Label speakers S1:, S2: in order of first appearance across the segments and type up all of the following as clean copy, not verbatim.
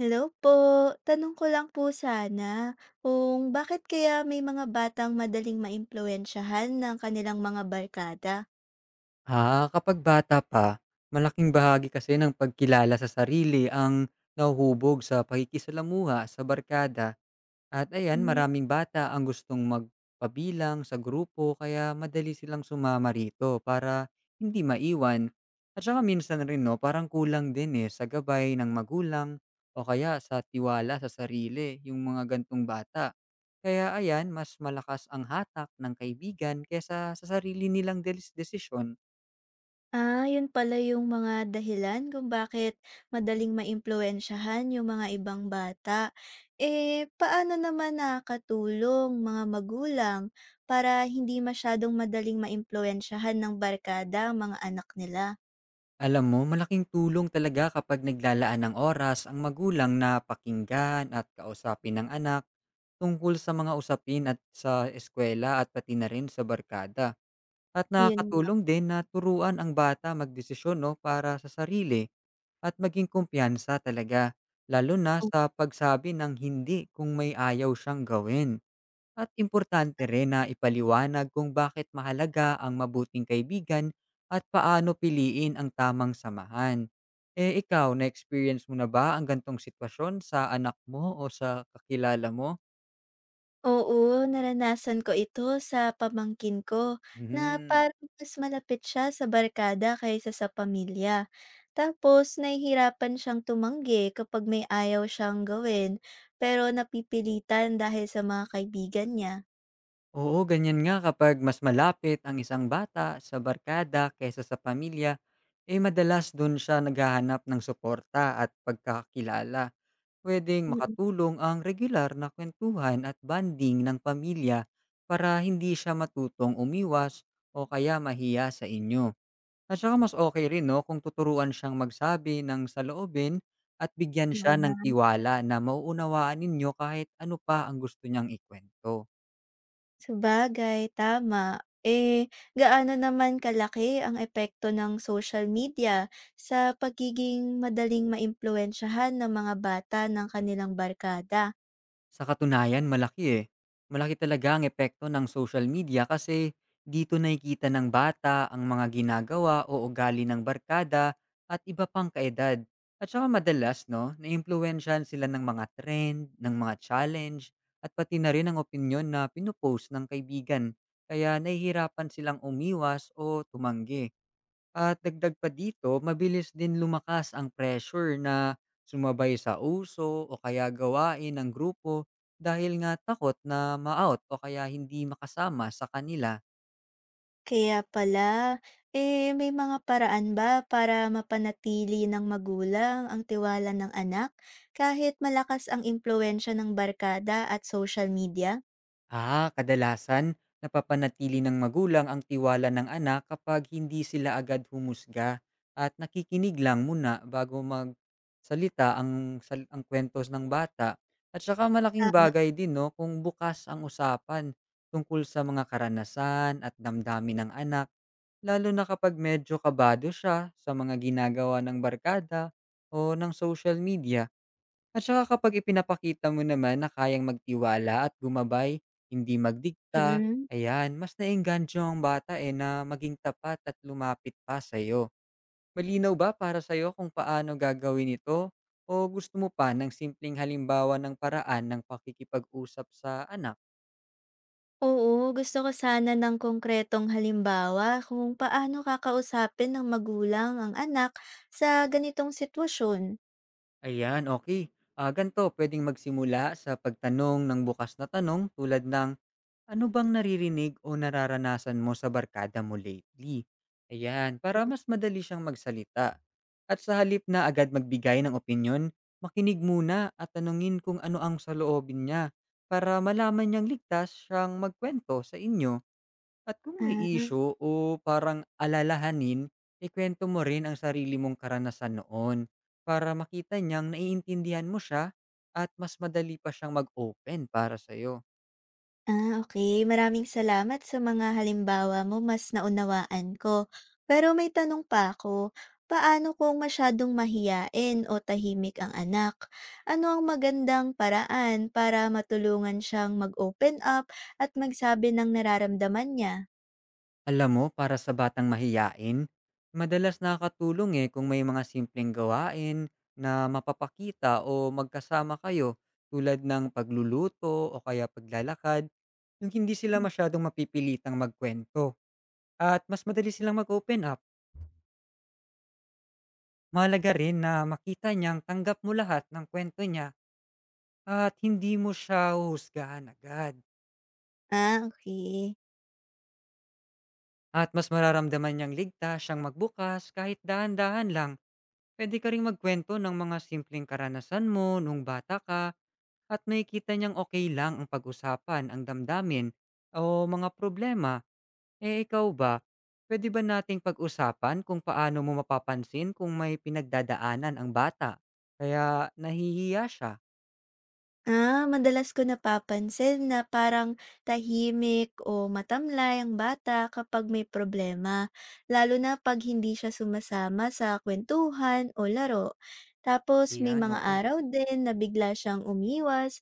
S1: Hello po. Tanong ko lang po sana kung bakit kaya may mga batang madaling maimpluwensyahan ng kanilang mga barkada?
S2: Ah, kapag bata pa, malaking bahagi kasi ng pagkilala sa sarili ang nahuhubog sa pakikisalamuha sa barkada. At ayan,
S1: Hmm.
S2: maraming bata ang gustong magpabilang sa grupo kaya madali silang sumama rito para hindi maiwan. At saka minsan rin no, parang kulang din eh sa gabay ng magulang o kaya sa tiwala sa sarili yung mga gantong bata. Kaya ayan, mas malakas ang hatak ng kaibigan kesa sa sarili nilang desisyon.
S1: Yun pala yung mga dahilan kung bakit madaling maimpluwensyahan yung mga ibang bata. Eh, paano naman nakakatulong mga magulang para hindi masyadong madaling maimpluwensyahan ng barkada ang mga anak nila?
S2: Alam mo, malaking tulong talaga kapag naglalaan ng oras ang magulang na pakinggan at kausapin ng anak tungkol sa mga usapin at sa eskwela at pati na rin sa barkada. At
S1: Yun nga.
S2: nakakatulong din na turuan ang bata magdesisyon no, para sa sarili at maging kumpiyansa talaga, lalo na sa pagsabi ng hindi kung may ayaw siyang gawin. At importante rin na ipaliwanag kung bakit mahalaga ang mabuting kaibigan at paano piliin ang tamang samahan. Eh ikaw, na-experience mo na ba ang gantong sitwasyon sa anak mo o sa kakilala mo?
S1: Oo, naranasan ko ito sa pamangkin ko na
S2: Mhm.
S1: parang mas malapit siya sa barkada kaysa sa pamilya. Tapos nahihirapan siyang tumanggi kapag may ayaw siyang gawin pero napipilitan dahil sa mga kaibigan niya.
S2: Oo, ganyan nga kapag mas malapit ang isang bata sa barkada kaysa sa pamilya, eh madalas dun siya naghahanap ng suporta at pagkakilala. Puwedeng
S1: Mm,
S2: makatulong ang regular na kuwentuhan at banding ng pamilya para hindi siya matutong umiwas o kaya mahiya sa inyo. At saka mas okey rin 'no, kung tuturuan siyang magsabi ng saloobin at bigyan siya
S1: oo nga.
S2: ng tiwala na mauunawaan ninyo kahit ano pa ang gusto niyang ikwento.
S1: Sabagay, tama. Eh, gaano naman kalaki ang epekto ng social media sa pagiging madaling maimpluwensyahan ng mga bata ng kanilang barkada?
S2: Sa katunayan malaki eh. Malaki talaga ang epekto ng social media kasi dito nakikita ng bata ang mga ginagawa o ugali ng barkada at iba pang kaedad. At saka madalas, no, naimpluwensyahan sila ng mga trend, ng mga challenge, at pati na rin ang opinion na pinupost ng kaibigan. Kaya nahihirapan silang umiwas o tumanggi. At dagdag pa dito, mabilis din lumakas ang pressure na sumabay sa uso o kaya gawain ng grupo dahil nga takot na ma-out o kaya hindi makasama sa kanila.
S1: Kaya pala. Eh, may mga paraan ba para mapanatili ng magulang ang tiwala ng anak kahit malakas ang impluwensya ng barkada at social media?
S2: Ah, kadalasan, napapanatili ng magulang ang tiwala ng anak kapag hindi sila agad humusga at nakikinig lang muna bago magsalita ang kwentos ng bata. At saka malaking
S1: Tama.
S2: bagay din no, kung bukas ang usapan tungkol sa mga karanasan at damdamin ng anak, lalo na kapag medyo kabado siya sa mga ginagawa ng barkada o ng social media. At saka kapag ipinapakita mo naman na kayang magtiwala at gumabay, hindi magdikta,
S1: Mm.
S2: ayan, mas naengganyo ang bata eh na maging tapat at lumapit pa sa'yo. Malinaw ba para sa'yo kung paano gagawin ito? O gusto mo pa ng simpleng halimbawa ng paraan ng pakikipag-usap sa anak?
S1: Oo, gusto ko sana ng konkretong halimbawa kung paano kakausapin ng magulang ang anak sa ganitong sitwasyon.
S2: Ayan, okay. Ah, ganito, pwedeng magsimula sa pagtanong ng bukas na tanong tulad ng "Ano bang naririnig o nararanasan mo sa barkada mo lately?" Ayan, para mas madali siyang magsalita. At sa halip na agad magbigay ng opinyon, makinig muna at tanungin kung ano ang saloobin niya para malaman niyang ligtas siyang magkwento sa inyo. At kung may
S1: Ah.
S2: issue o parang alalahanin, ikwento mo rin ang sarili mong karanasan noon para makita niyang naiintindihan mo siya at mas madali pa siyang mag-open para sa'yo.
S1: Ah, okay, maraming salamat sa mga halimbawa mo, mas naunawaan ko. Pero may tanong pa ako, paano kung masyadong mahiyain o tahimik ang anak? Ano ang magandang paraan para matulungan siyang mag-open up at magsabi ng nararamdaman niya?
S2: Alam mo, para sa batang mahiyain, madalas nakakatulong eh kung may mga simpleng gawain na mapapakita o magkasama kayo tulad ng pagluluto o kaya paglalakad, yung hindi sila masyadong mapipilitang magkwento at mas madali silang mag-open up. Mahalaga rin na makita niyang tanggap mo lahat ng kwento niya at hindi mo siya husgahan agad.
S1: Ah, okay
S2: At mas mararamdaman niyang ligtas siyang magbukas kahit dahan-dahan lang. Pwede ka ring magkwento ng mga simpleng karanasan mo nung bata ka at makikita niyang okay lang ang pag-usapan ang damdamin o mga problema. Eh, ikaw ba, pwede ba nating pag-usapan kung paano mo mapapansin kung may pinagdadaanan ang bata kaya nahihiya siya?
S1: Ah, madalas ko napapansin na parang tahimik o matamlay ang bata kapag may problema, lalo na pag hindi siya sumasama sa kwentuhan o laro. Tapos may
S2: Yan,
S1: mga
S2: oo.
S1: araw din na bigla siyang umiwas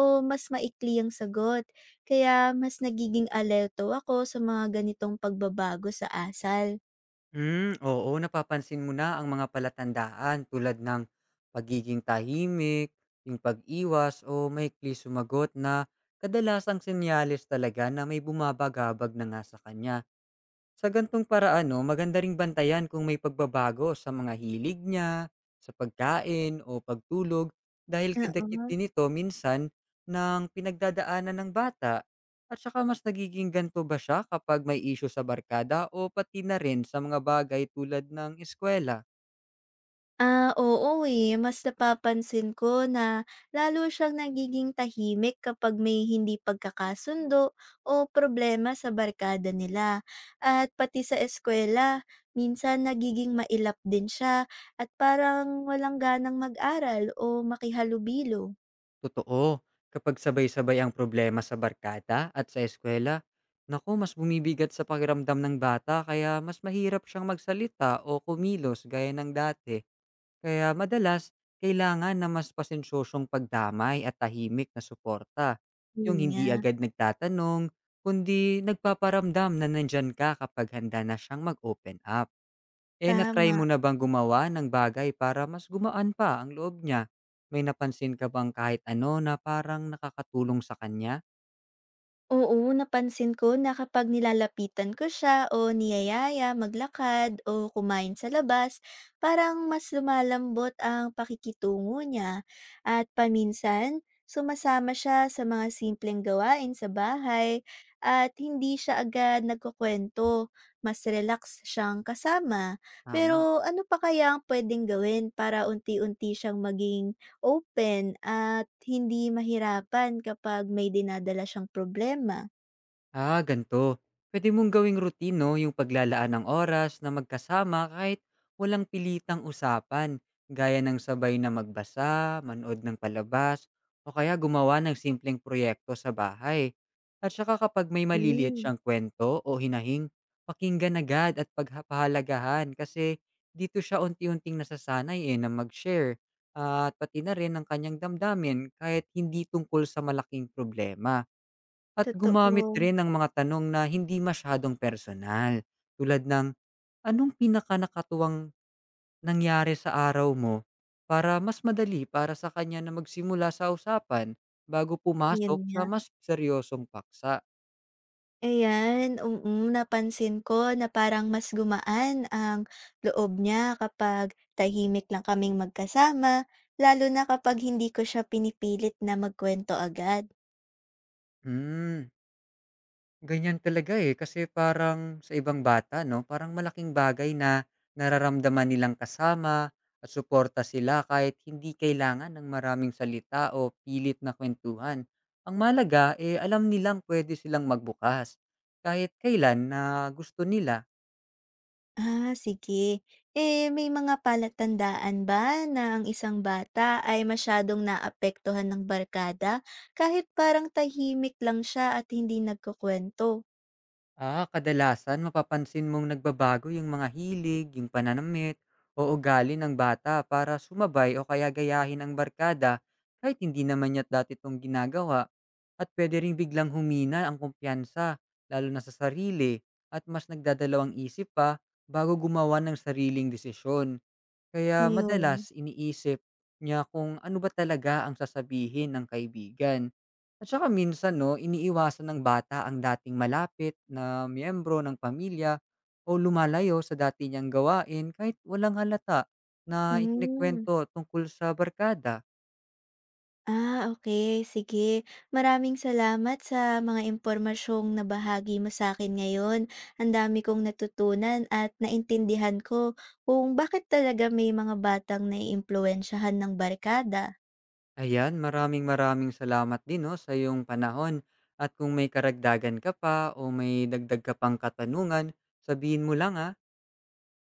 S1: o mas maikli ang sagot, kaya mas nagiging alerto ako sa mga ganitong pagbabago sa asal.
S2: Hmm, oo, napapansin mo na ang mga palatandaan tulad ng pagiging tahimik, yung pag-iwas o maikli sumagot na kadalasang senyales talaga na may bumabagabag na nga sa kanya. Sa gantong paraan 'no, maganda ring bantayan kung may pagbabago sa mga hilig niya, sa pagkain o pagtulog dahil kadakit
S1: Oo.
S2: din ito minsan ng pinagdadaanan ng bata at saka mas nagiging ganto ba siya kapag may issue sa barkada o pati na rin sa mga bagay tulad ng eskuwela.
S1: Oo, Mas napapansin ko na lalo siyang nagiging tahimik kapag may hindi pagkakasundo o problema sa barkada nila. At pati sa eskwela, minsan nagiging mailap din siya at parang walang ganang mag-aral o makihalubilo.
S2: Totoo, kapag sabay-sabay ang problema sa barkada at sa eskuwela, naku mas bumibigat sa pakiramdam ng bata kaya mas mahirap siyang magsalita o kumilos gaya ng dati. Kaya madalas, kailangan na mas pasensyosong pagdamay at tahimik na suporta.
S1: Yun
S2: Yung
S1: nga,
S2: hindi agad nagtatanong, kundi nagpaparamdam na nandyan ka kapag handa na siyang mag-open up. Eh natry
S1: tama.
S2: mo na bang gumawa ng bagay para mas gumaan pa ang loob niya? May napansin ka bang kahit ano na parang nakakatulong sa kanya?
S1: Oo, napansin ko na kapag nilalapitan ko siya o niyayaya maglakad o kumain sa labas, parang mas lumalambot ang pakikitungo niya. At paminsan, sumasama siya sa mga simpleng gawain sa bahay at hindi siya agad nagkukwento. Mas relax siyang kasama.
S2: Tama.
S1: Pero ano pa kaya ang pwedeng gawin para unti-unti siyang maging open at hindi mahirapan kapag may dinadala siyang problema.
S2: Ah, ganito. Pwede mong gawing routine, no, yung paglalaan ng oras na magkasama kahit walang pilitang usapan, gaya ng sabay na magbasa, manood ng palabas, o kaya gumawa ng simpleng proyekto sa bahay. At saka kapag may maliliit
S1: Hmm.
S2: siyang kwento o hinahing, pakinggan agad at pagpahalagahan kasi dito siya unti-unting nasasanay eh na mag-share at pati na rin ang kanyang damdamin kahit hindi tungkol sa malaking problema. At gumamit
S1: Totoo,
S2: rin ng mga tanong na hindi masyadong personal, tulad ng, "Anong pinakanakatuwang nangyari sa araw mo?" Para mas madali para sa kanya na magsimula sa usapan bago
S1: yun
S2: pumasok
S1: nga.
S2: sa mas seryosong paksa.
S1: Ayan, napansin ko na parang mas gumaan ang loob niya kapag tahimik lang kaming magkasama, lalo na kapag hindi ko siya pinipilit na magkuwento agad.
S2: Hmm. Ganyan talaga, eh, kasi parang sa ibang bata 'no, parang malaking bagay na nararamdaman nilang kasama at suporta sila kahit hindi kailangan ng maraming salita o pilit na kuwentuhan. Ang malaga eh, alam nilang pwede silang magbukas kahit kailan na gusto nila.
S1: Ah, sige. Eh, may mga palatandaan ba na ang isang bata ay masyadong naapektuhan ng barkada kahit parang tahimik lang siya at hindi nagkukwento?
S2: Ah, kadalasan mapapansin mong nagbabago yung mga hilig, yung pananamit, o ugali ng bata para sumabay o kaya gayahin ang barkada kahit hindi naman niya dati itong ginagawa. At pwede ring biglang humina ang kumpiyansa, lalo na sa sarili, at mas nagdadalawang isip pa bago gumawa ng sariling desisyon. Kaya
S1: Yun.
S2: madalas iniisip niya kung ano ba talaga ang sasabihin ng kaibigan. At saka minsan 'no, iniiwasan ng bata ang dating malapit na miyembro ng pamilya o lumalayo sa dati niyang gawain kahit walang halata na
S1: Mm.
S2: ikinikwento tungkol sa barkada.
S1: Ah, okay. Sige. Maraming salamat sa mga impormasyong nabahagi mo sa akin ngayon. Ang dami kong natutunan at naintindihan ko kung bakit talaga may mga batang naiimpluwensyahan ng barkada
S2: Ayan, maraming maraming salamat din 'no, sa iyong panahon at kung may karagdagan ka pa o may dagdag ka pang katanungan, sabihin mo lang, ah.